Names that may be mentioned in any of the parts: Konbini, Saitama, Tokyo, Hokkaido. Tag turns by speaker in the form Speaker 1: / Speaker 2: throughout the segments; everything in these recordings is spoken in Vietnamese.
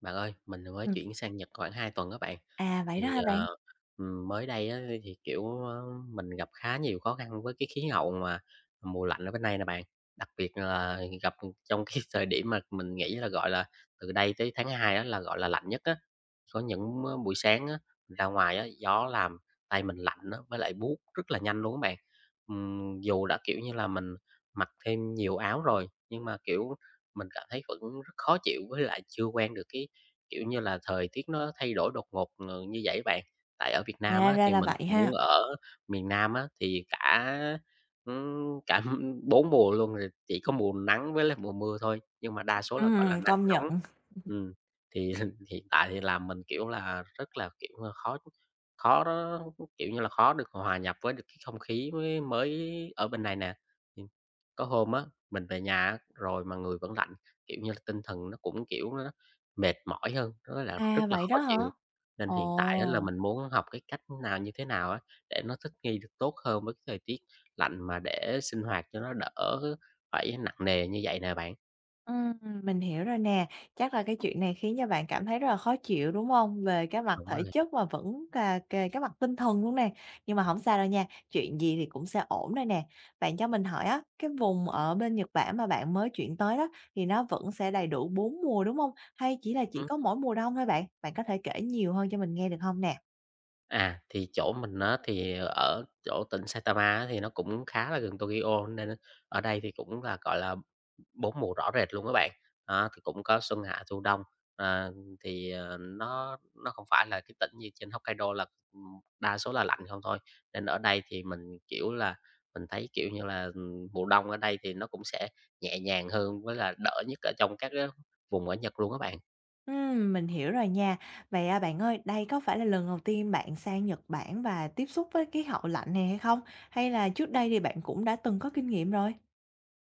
Speaker 1: Bạn ơi, mình mới
Speaker 2: Ừm,
Speaker 1: chuyển sang Nhật khoảng 2 tuần các bạn.
Speaker 2: à, vậy
Speaker 1: Thì,
Speaker 2: đó hả
Speaker 1: ờ,
Speaker 2: bạn?
Speaker 1: mới đây á thì, kiểu, mình gặp khá nhiều khó khăn với cái khí hậu mà mùa lạnh ở bên này nè bạn. Đặc biệt là gặp trong cái thời điểm mà mình nghĩ là, gọi là, từ đây tới tháng 2 á là, gọi là, lạnh nhất á. Có những, buổi sáng á, mình ra ngoài á, gió làm tay mình lạnh á, với lại buốt rất là nhanh luôn á bạn. Dù đã, kiểu như là, mình mặc thêm nhiều áo rồi, nhưng mà, kiểu, mình cảm thấy vẫn rất khó chịu với lại chưa quen được cái kiểu như là, thời tiết nó thay đổi đột ngột, như vậy bạn. Tại ở Việt Nam
Speaker 2: À,
Speaker 1: á,
Speaker 2: ra
Speaker 1: thì
Speaker 2: là
Speaker 1: mình
Speaker 2: vậy
Speaker 1: cũng
Speaker 2: ha.
Speaker 1: ở miền Nam á, thì cả, ừm, cả 4 mùa luôn, rồi chỉ có mùa nắng với lại mùa mưa thôi, nhưng mà đa số là, gọi là, nắng
Speaker 2: Công
Speaker 1: nóng.
Speaker 2: nhận.
Speaker 1: Ừm, thì hiện tại thì làm mình, kiểu là, rất là, kiểu, khó khó đó, kiểu như là, khó được hòa nhập với được cái không khí mới mới ở bên này nè. Ừm, có hôm á, mình về nhà á, rồi mà người vẫn lạnh, kiểu như là, tinh thần nó cũng, kiểu, nó mệt mỏi hơn, nó là
Speaker 2: À,
Speaker 1: rất là
Speaker 2: vậy
Speaker 1: khó
Speaker 2: đó
Speaker 1: chịu.
Speaker 2: hả?
Speaker 1: Nên hiện tại á là
Speaker 2: Ồ,
Speaker 1: mình muốn học cái cách nào, như thế nào á, để nó thích nghi được tốt hơn với cái thời tiết lạnh mà để sinh hoạt cho nó đỡ phải nặng nề như vậy nè bạn.
Speaker 2: ừm, mình hiểu rồi nè. Chắc là cái chuyện này khiến cho bạn cảm thấy rất là khó chịu, đúng hông? Về cái mặt
Speaker 1: Đúng
Speaker 2: thể
Speaker 1: rồi.
Speaker 2: chất và vẫn cà kề cái mặt tinh thần luôn nè. Nhưng mà hổng sao đâu nha, chuyện gì thì cũng sẽ ổn đây nè. Bạn cho mình hỏi á, cái vùng ở bên Nhật Bản mà bạn mới chuyển tới đó thì nó vẫn sẽ đầy đủ 4 mùa, đúng hông? Hay chỉ là chỉ có mỗi mùa đông thôi bạn? Bạn có thể kể nhiều hơn cho mình nghe được hông nè?
Speaker 1: À, thì chỗ mình á, thì ở chỗ tỉnh Saitama á, thì nó cũng khá là gần Tokyo, nên ở đây thì cũng là, gọi là, 4 mùa rõ rệt luôn các bạn. Đó, thì cũng có xuân, hạ, thu, đông. Ờ, thì, Nó không phải là cái tỉnh như trên Hokkaido là, đa số là lạnh không thôi, nên ở đây thì mình, kiểu là, mình thấy, kiểu như là, mùa đông ở đây thì nó cũng sẽ nhẹ nhàng hơn với là đỡ nhất ở trong các cái vùng ở Nhật luôn các bạn.
Speaker 2: Mình hiểu rồi nha. Vậy, à, bạn ơi, đây có phải là lần đầu tiên bạn sang Nhật Bản và tiếp xúc với khí hậu lạnh này hay không? Hay là trước đây thì bạn cũng đã từng có kinh nghiệm rồi?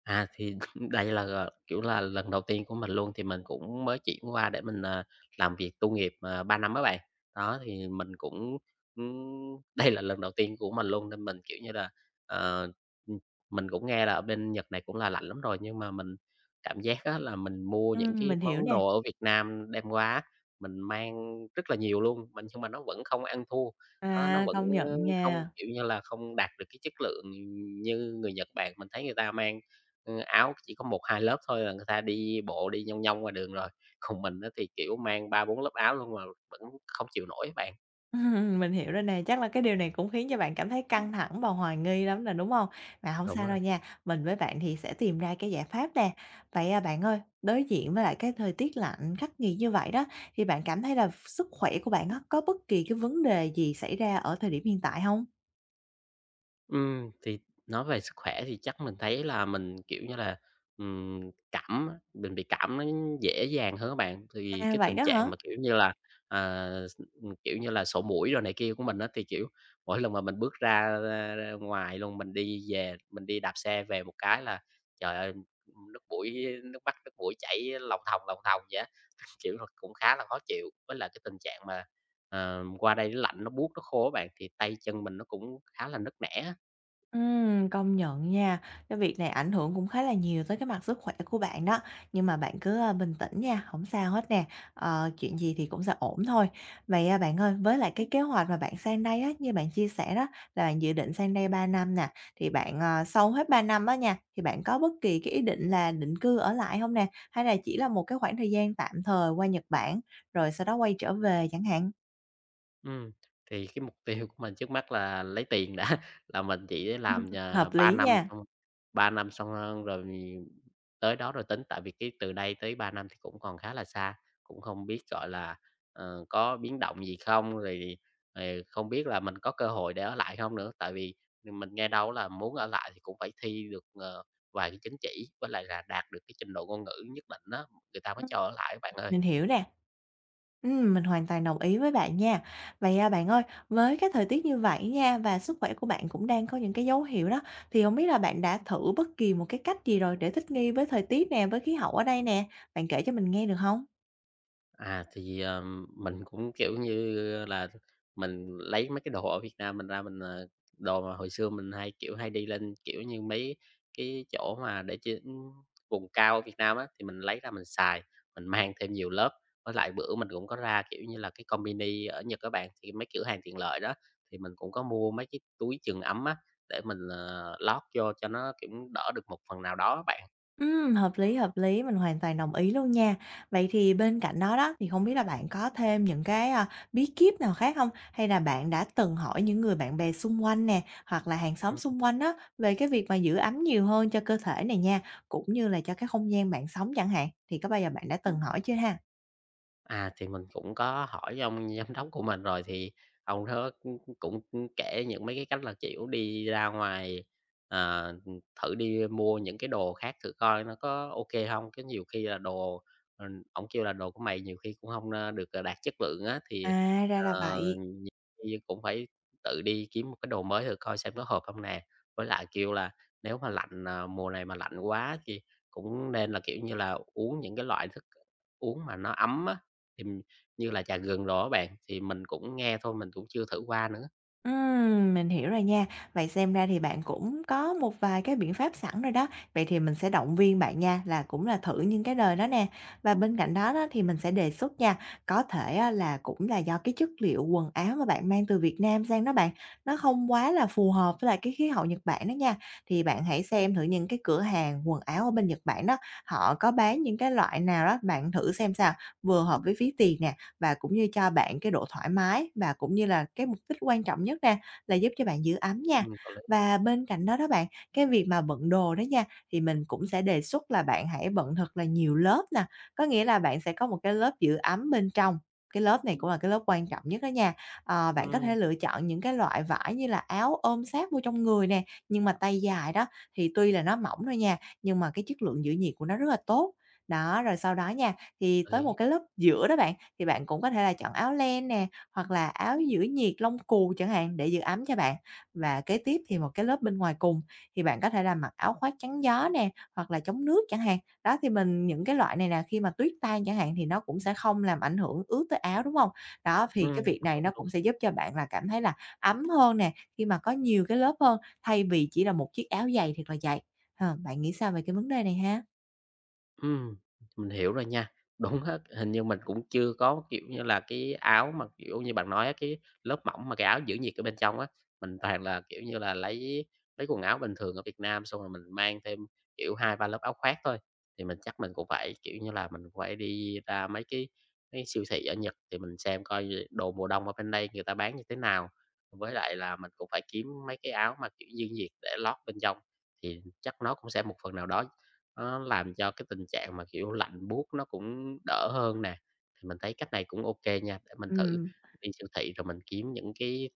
Speaker 1: Thì đây là, kiểu là, lần đầu tiên của mình luôn, thì mình cũng mới chuyển qua để mình, làm việc tu nghiệp, 3 năm á bạn. Đó, thì mình cũng, đây là lần đầu tiên của mình luôn nên mình, kiểu như là, ờ, ừm, mình cũng nghe là ở bên Nhật này cũng là lạnh lắm rồi, nhưng mà mình cảm giác á là mình mua những cái
Speaker 2: Mình hiểu
Speaker 1: món
Speaker 2: nè.
Speaker 1: đồ ở Việt Nam đem qua á, mình mang rất là nhiều luôn, mình nhưng mà nó vẫn không ăn thua, nó
Speaker 2: À,
Speaker 1: vẫn,
Speaker 2: công
Speaker 1: ơ,
Speaker 2: nhận
Speaker 1: không,
Speaker 2: nha.
Speaker 1: kiểu như là, không đạt được cái chất lượng như người Nhật Bản. Mình thấy người ta mang áo chỉ có một 2 lớp thôi là người ta đi bộ đi nhông nhông ngoài đường rồi. Còn mình á thì, kiểu, mang 3 4 lớp áo luôn mà vẫn không chịu nổi á bạn.
Speaker 2: mình hiểu rồi nè, chắc là cái điều này cũng khiến cho bạn cảm thấy căng thẳng và hoài nghi lắm nè, đúng không? Mà không
Speaker 1: Đúng
Speaker 2: sao đâu
Speaker 1: rồi.
Speaker 2: nha, mình với bạn thì sẽ tìm ra cái giải pháp nè. Vậy, à, bạn ơi, đối diện với lại cái thời tiết lạnh khắc nghiệt như vậy đó, thì bạn cảm thấy là sức khỏe của bạn á, có bất kỳ cái vấn đề gì xảy ra ở thời điểm hiện tại không?
Speaker 1: Thì nói về sức khỏe thì chắc mình thấy là mình, kiểu như là, cảm á, mình bị cảm nó dễ dàng hơn các bạn. Thì
Speaker 2: À,
Speaker 1: cái
Speaker 2: vậy
Speaker 1: tình
Speaker 2: đó
Speaker 1: trạng
Speaker 2: hả?
Speaker 1: mà, kiểu như là, à, s kiểu như là, sổ mũi rồi này kia của mình á, thì, kiểu, mỗi lần mà mình bước ra ra ra ngoài luôn, mình đi về mình đi đạp xe về một cái là, trời ơi, nước mũi nước mắt, nước mũi chảy lòng thòng vậy á, kiểu là, cũng khá là khó chịu. Với lại cái tình trạng mà, qua đây nó lạnh, nó buốt, nó khô á bạn, thì tay chân mình nó cũng khá là nứt nẻ á.
Speaker 2: Công nhận nha, cái việc này ảnh hưởng cũng khá là nhiều tới cái mặt sức khỏe của bạn đó. Nhưng mà bạn cứ, a, bình tĩnh nha, không sao hết nè, ờ, chuyện gì thì cũng sẽ ổn thôi. Vậy, à, bạn ơi, với lại cái kế hoạch mà bạn sang đây á, như bạn chia sẻ đó là bạn dự định sang đây 3 năm nè, thì bạn, ờ, sau hết 3 năm á nha, thì bạn có bất kỳ cái ý định là định cư ở lại không nè? Hay là chỉ là một cái khoảng thời gian tạm thời qua Nhật Bản, rồi sau đó quay trở về chẳng hạn?
Speaker 1: Ừm, thì cái mục tiêu của mình trước mắt là lấy tiền đã, là mình chỉ
Speaker 2: Ừm.
Speaker 1: làm,
Speaker 2: Hợp
Speaker 1: 3
Speaker 2: lý
Speaker 1: năm
Speaker 2: nha.
Speaker 1: xong 3 năm xong, tới đó rồi tính, tại vì cái từ đây tới 3 năm thì cũng còn khá là xa, cũng không biết, gọi là, có biến động gì không, rồi, không biết là mình có cơ hội để ở lại không nữa. Tại vì mình nghe đâu là muốn ở lại thì cũng phải thi được, vài cái chứng chỉ, với lại là đạt được cái trình độ ngôn ngữ nhất định đó người ta mới
Speaker 2: Ừm.
Speaker 1: cho ở lại bạn ơi.
Speaker 2: Mình hiểu nè. Mình hoàn toàn đồng ý với bạn nha. Vậy, à, bạn ơi, với cái thời tiết như vậy nha và sức khỏe của bạn cũng đang có những cái dấu hiệu đó, thì không biết là bạn đã thử bất kỳ một cái cách gì rồi để thích nghi với thời tiết nè, với khí hậu ở đây nè? Bạn kể cho mình nghe được không?
Speaker 1: Thì, mình cũng, kiểu như là, mình lấy mấy cái đồ ở Việt Nam mình ra mình, đồ mà hồi xưa mình hay, kiểu, hay đi lên, kiểu như, mấy cái chỗ mà để trên vùng cao ở Việt Nam á, thì mình lấy ra mình xài, mình mang thêm nhiều lớp. Với lại bữa mình cũng có ra, kiểu như là, cái Konbini ở Nhật các bạn, thì mấy cửa hàng tiện lợi đó, thì mình cũng có mua mấy cái túi chườm ấm á, để mình, lót vô cho nó, kiểu, đỡ được một phần nào đó bạn.
Speaker 2: Hợp lý, mình hoàn toàn đồng ý luôn nha. Vậy thì bên cạnh đó đó, thì không biết là bạn có thêm những cái, a, bí kíp nào khác không? Hay là bạn đã từng hỏi những người bạn bè xung quanh nè, hoặc là hàng xóm xung quanh đó về cái việc mà giữ ấm nhiều hơn cho cơ thể này nha, cũng như là cho cái không gian bạn sống chẳng hạn, thì có bao giờ bạn đã từng hỏi chưa ha?
Speaker 1: Thì mình cũng có hỏi ông giám đốc của mình rồi, thì ông đó cũng cũng cũng kể những mấy cái cách là, kiểu, đi ra ngoài, ờ, thử đi mua những cái đồ khác thử coi nó có ok không cái nhiều khi là đồ, ổng kêu là "Đồ của mày nhiều khi cũng không được, đạt chất lượng á."
Speaker 2: À, ra là
Speaker 1: Ờ
Speaker 2: vậy.
Speaker 1: thì cũng phải tự đi kiếm một cái đồ mới thử coi xem có hợp không nè. Với lại, kiểu là, nếu mà lạnh, mùa này mà lạnh quá thì cũng nên là, kiểu như là, uống những cái loại thức uống mà nó ấm á, thì như là trà gừng đồ á bạn, thì mình cũng nghe thôi, mình cũng chưa thử qua nữa.
Speaker 2: Mình hiểu rồi nha. Vậy xem ra thì bạn cũng có một vài cái biện pháp sẵn rồi đó. Vậy thì mình sẽ động viên bạn nha, là cũng là thử những cái đời đó nè. Và bên cạnh đó đó thì mình sẽ đề xuất nha, có thể á, là cũng là do cái chất liệu quần áo mà bạn mang từ Việt Nam sang đó bạn, nó không quá là phù hợp với lại cái khí hậu Nhật Bản đó nha. Thì bạn hãy xem thử những cái cửa hàng quần áo ở bên Nhật Bản đó, họ có bán những cái loại nào đó, bạn thử xem sao, vừa hợp với ví tiền nè, và cũng như cho bạn cái độ thoải mái và cũng như là cái mục đích quan trọng nhất nè, là giúp cho bạn giữ ấm nha.
Speaker 1: Có lý.
Speaker 2: Và bên cạnh đó đó bạn, cái việc mà bận đồ đó nha, thì mình cũng sẽ đề xuất là bạn hãy bận thật là nhiều lớp nè, có nghĩa là bạn sẽ có một cái lớp giữ ấm bên trong. Cái lớp này cũng là cái lớp quan trọng nhất đó nha. Ờ, bạn có
Speaker 1: Ừm,
Speaker 2: thể lựa chọn những cái loại vải như là áo ôm sát vô trong người nè, nhưng mà tay dài đó, thì tuy là nó mỏng thôi nha, nhưng mà cái chất lượng giữ nhiệt của nó rất là tốt. Đó, rồi sau đó nha, thì
Speaker 1: có
Speaker 2: tới một
Speaker 1: lý.
Speaker 2: cái lớp giữa đó bạn, thì bạn cũng có thể là chọn áo len nè, hoặc là áo giữ nhiệt lông cù chẳng hạn để giữ ấm cho bạn. Và kế tiếp thì một cái lớp bên ngoài cùng thì bạn có thể là mặc áo khoác chắn gió nè, hoặc là chống nước chẳng hạn. Đó thì mình những cái loại này nè, khi mà tuyết tan chẳng hạn thì nó cũng sẽ không làm ảnh hưởng ướt tới áo, đúng không? Đó, thì cái việc
Speaker 1: Đúng,
Speaker 2: này nó
Speaker 1: đúng.
Speaker 2: cũng sẽ giúp cho bạn là cảm thấy là ấm hơn nè, khi mà có nhiều cái lớp hơn, thay vì chỉ là một chiếc áo dày thiệt là dày. Ờ, bạn nghĩ sao về cái vấn đề này ha?
Speaker 1: Ừm, mình hiểu rồi nha. Đúng hết hình như mình cũng chưa có, kiểu như là, cái áo mà, kiểu như, bạn nói á, cái lớp mỏng mà cái áo giữ nhiệt ở bên trong á. Mình toàn là, kiểu như là, lấy quần áo bình thường ở Việt Nam xong rồi mình mang thêm, kiểu, hai ba lớp áo khoác thôi. Thì mình chắc mình cũng phải, kiểu như là, mình phải đi ra mấy cái siêu thị ở Nhật thì mình xem coi gì đồ mùa đông ở bên đây người ta bán như thế nào. Với lại là mình cũng phải kiếm mấy cái áo mà, kiểu, giữ nhiệt để lót bên trong, thì chắc nó cũng sẽ một phần nào đó nó làm cho cái tình trạng mà, kiểu, lạnh buốt nó cũng đỡ hơn nè, thì mình thấy cách này cũng ok nha, để mình thử
Speaker 2: Ừm.
Speaker 1: đi siêu thị rồi mình kiếm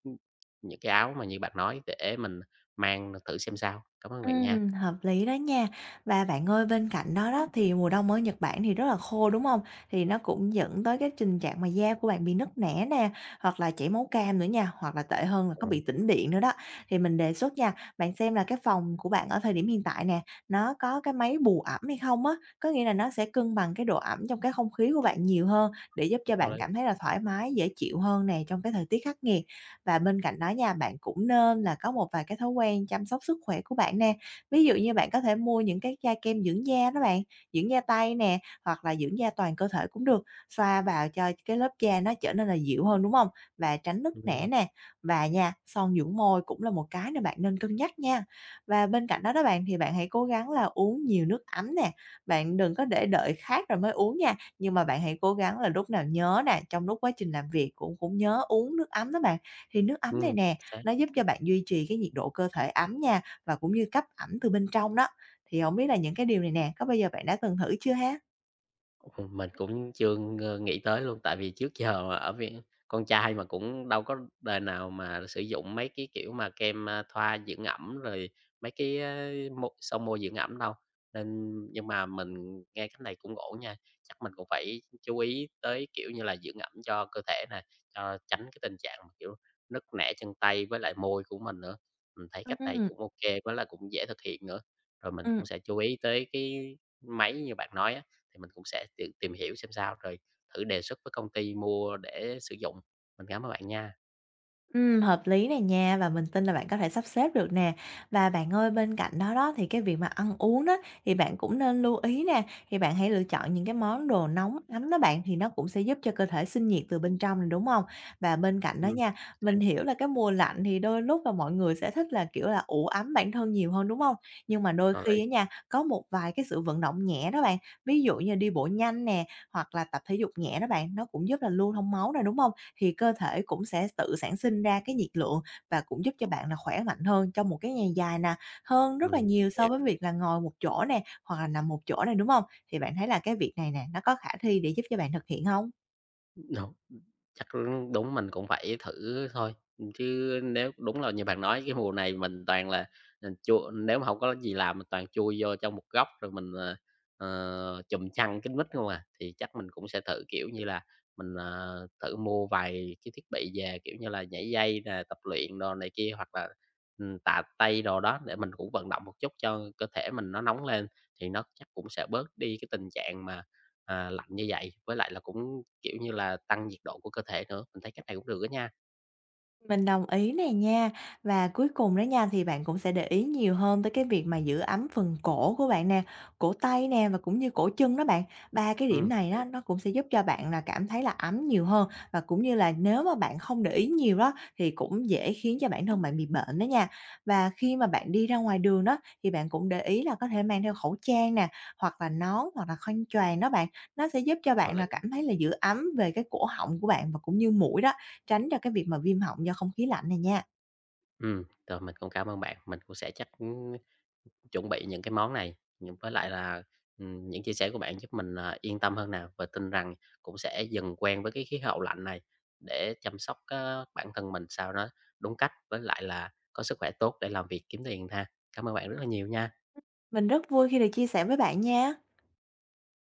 Speaker 1: những cái áo mà như bạn nói để mình mang thử xem sao. Cảm ơn bạn nha.
Speaker 2: Hợp lý đó nha. Và bạn ơi, bên cạnh đó đó thì mùa đông ở Nhật Bản thì rất là khô, đúng không? Thì nó cũng dẫn tới cái tình trạng mà da của bạn bị nứt nẻ nè, hoặc là chảy máu cam nữa nha, hoặc là tệ hơn là có
Speaker 1: Ừm,
Speaker 2: bị tĩnh điện nữa đó. Thì mình đề xuất nha, bạn xem là cái phòng của bạn ở thời điểm hiện tại nè, nó có cái máy bù ẩm hay không á? Có nghĩa là nó sẽ cân bằng cái độ ẩm trong cái không khí của bạn nhiều hơn để giúp cho bạn cảm thấy là thoải mái, dễ chịu hơn nè trong cái thời tiết khắc nghiệt. Và bên cạnh đó nha, bạn cũng nên là có một vài cái thói quen chăm sóc sức khỏe của bạn nè. Ví dụ như bạn có thể mua những cái chai kem dưỡng da đó bạn, dưỡng da tay nè, hoặc là dưỡng da toàn cơ thể cũng được, xoa vào cho cái lớp da nó trở nên là dịu hơn, đúng không? Và tránh nứt nẻ
Speaker 1: ừm.
Speaker 2: nè, và nha, son dưỡng môi cũng là một cái mà bạn nên cân nhắc nha. Và bên cạnh đó đó bạn, thì bạn hãy cố gắng là uống nhiều nước ấm nè, bạn đừng có để đợi khát rồi mới uống nha, nhưng mà bạn hãy cố gắng là lúc nào nhớ nè, trong lúc quá trình làm việc cũng cũng nhớ uống nước ấm đó bạn. Thì nước ấm này
Speaker 1: Ừm,
Speaker 2: nè,
Speaker 1: xác.
Speaker 2: nó giúp cho bạn duy trì cái nhiệt độ cơ thể ấm nha và cũng như cấp ẩm từ bên trong đó. Thì hổng biết là những cái điều này nè, có bao giờ bạn đã từng thử chưa ha?
Speaker 1: Mình cũng chưa nghĩ tới luôn, tại vì trước giờ ở Việt con trai mà cũng đâu có đời nào mà sử dụng mấy cái, kiểu, mà kem, thoa dưỡng ẩm rồi mấy cái, son môi dưỡng ẩm đâu. Nên nhưng mà mình nghe cách này cũng ổn nha, chắc mình cũng phải chú ý tới, kiểu như là, dưỡng ẩm cho cơ thể nè, cho tránh cái tình trạng mà, kiểu, nứt nẻ chân tay với lại môi của mình nữa. Mình thấy cách này
Speaker 2: Ừm,
Speaker 1: cũng ok kê với lại cũng dễ thực hiện nữa, rồi mình cũng
Speaker 2: ừm.
Speaker 1: sẽ chú ý tới cái máy như bạn nói á thì mình cũng sẽ tìm tìm hiểu xem sao, rồi thử đề xuất với công ty mua để sử dụng. Mình cảm ơn bạn nha.
Speaker 2: Hợp lý này nha và mình tin là bạn có thể sắp xếp được nè. Và bạn ơi, bên cạnh đó đó thì cái việc mà ăn uống đó thì bạn cũng nên lưu ý nè, thì bạn hãy lựa chọn những cái món đồ nóng ấm đó bạn thì nó cũng sẽ giúp cho cơ thể sinh nhiệt từ bên trong này, đúng không? Và bên cạnh đó
Speaker 1: Ừm,
Speaker 2: nha,
Speaker 1: đấy,
Speaker 2: mình hiểu là cái mùa lạnh thì đôi lúc là mọi người sẽ thích là, kiểu là, ủ ấm bản thân nhiều hơn, đúng không? Nhưng mà đôi
Speaker 1: hợp lý.
Speaker 2: khi á nha, có một vài cái sự vận động nhẹ đó bạn, ví dụ như đi bộ nhanh nè, hoặc là tập thể dục nhẹ đó bạn, nó cũng giúp là lưu thông máu này, đúng không? Thì cơ thể cũng sẽ tự sản sinh ra cái nhiệt lượng và cũng giúp cho bạn là khỏe mạnh hơn trong một cái ngày dài nè, hơn rất là
Speaker 1: Ừm,
Speaker 2: nhiều so với việc là ngồi một chỗ nè, hoặc là nằm một chỗ này, đúng không? Thì bạn thấy là cái việc này nè, nó có khả thi để giúp cho bạn thực hiện không?
Speaker 1: Đúng, chắc đúng mình cũng phải thử thôi, chứ nếu đúng là như bạn nói cái mùa này mình toàn là, ờ, chui nếu mà không có gì làm mình toàn chui vô trong một góc rồi mình, trùm chăn kín mít không à. Thì chắc mình cũng sẽ thử, kiểu như là, mình, thử mua vài cái thiết bị về, kiểu như là, nhảy dây nè, tập luyện đồ này kia hoặc là, tạ tay đồ đó để mình cũng vận động một chút cho cơ thể mình nó nóng lên, thì nó chắc cũng sẽ bớt đi cái tình trạng mà lạnh như vậy, với lại là cũng, kiểu như là, tăng nhiệt độ của cơ thể nữa, mình thấy cách này cũng được á nha.
Speaker 2: Mình đồng ý này nha. Và cuối cùng đó nha, thì bạn cũng sẽ để ý nhiều hơn tới cái việc mà giữ ấm phần cổ của bạn nè, cổ tay nè và cũng như cổ chân đó bạn. Ba cái điểm này
Speaker 1: Vậy
Speaker 2: đó
Speaker 1: á,
Speaker 2: nó cũng sẽ giúp cho bạn là cảm thấy là ấm nhiều hơn và cũng như là nếu mà bạn không để ý nhiều đó thì cũng dễ khiến cho bản thân bạn bị bệnh đó nha. Và khi mà bạn đi ra ngoài đường đó thì bạn cũng để ý là có thể mang theo khẩu trang nè, hoặc là nón hoặc là khăn choàng đó bạn. Nó sẽ giúp cho
Speaker 1: hợp
Speaker 2: bạn là
Speaker 1: lý.
Speaker 2: cảm thấy là giữ ấm về cái cổ họng của bạn và cũng như mũi đó. Tránh cho cái việc mà viêm họng do không khí lạnh này nha.
Speaker 1: Rồi mình cũng cảm ơn bạn, mình cũng sẽ chắc, chuẩn bị những cái món này, với lại là, những chia sẻ của bạn giúp mình, yên tâm hơn nào và tin rằng cũng sẽ dần quen với cái khí hậu lạnh này để chăm sóc, bản thân mình sao nó đúng cách, với lại là có sức khỏe tốt để làm việc kiếm tiền ha. Cảm ơn bạn rất là nhiều nha.
Speaker 2: Mình rất vui khi được chia sẻ với bạn nha.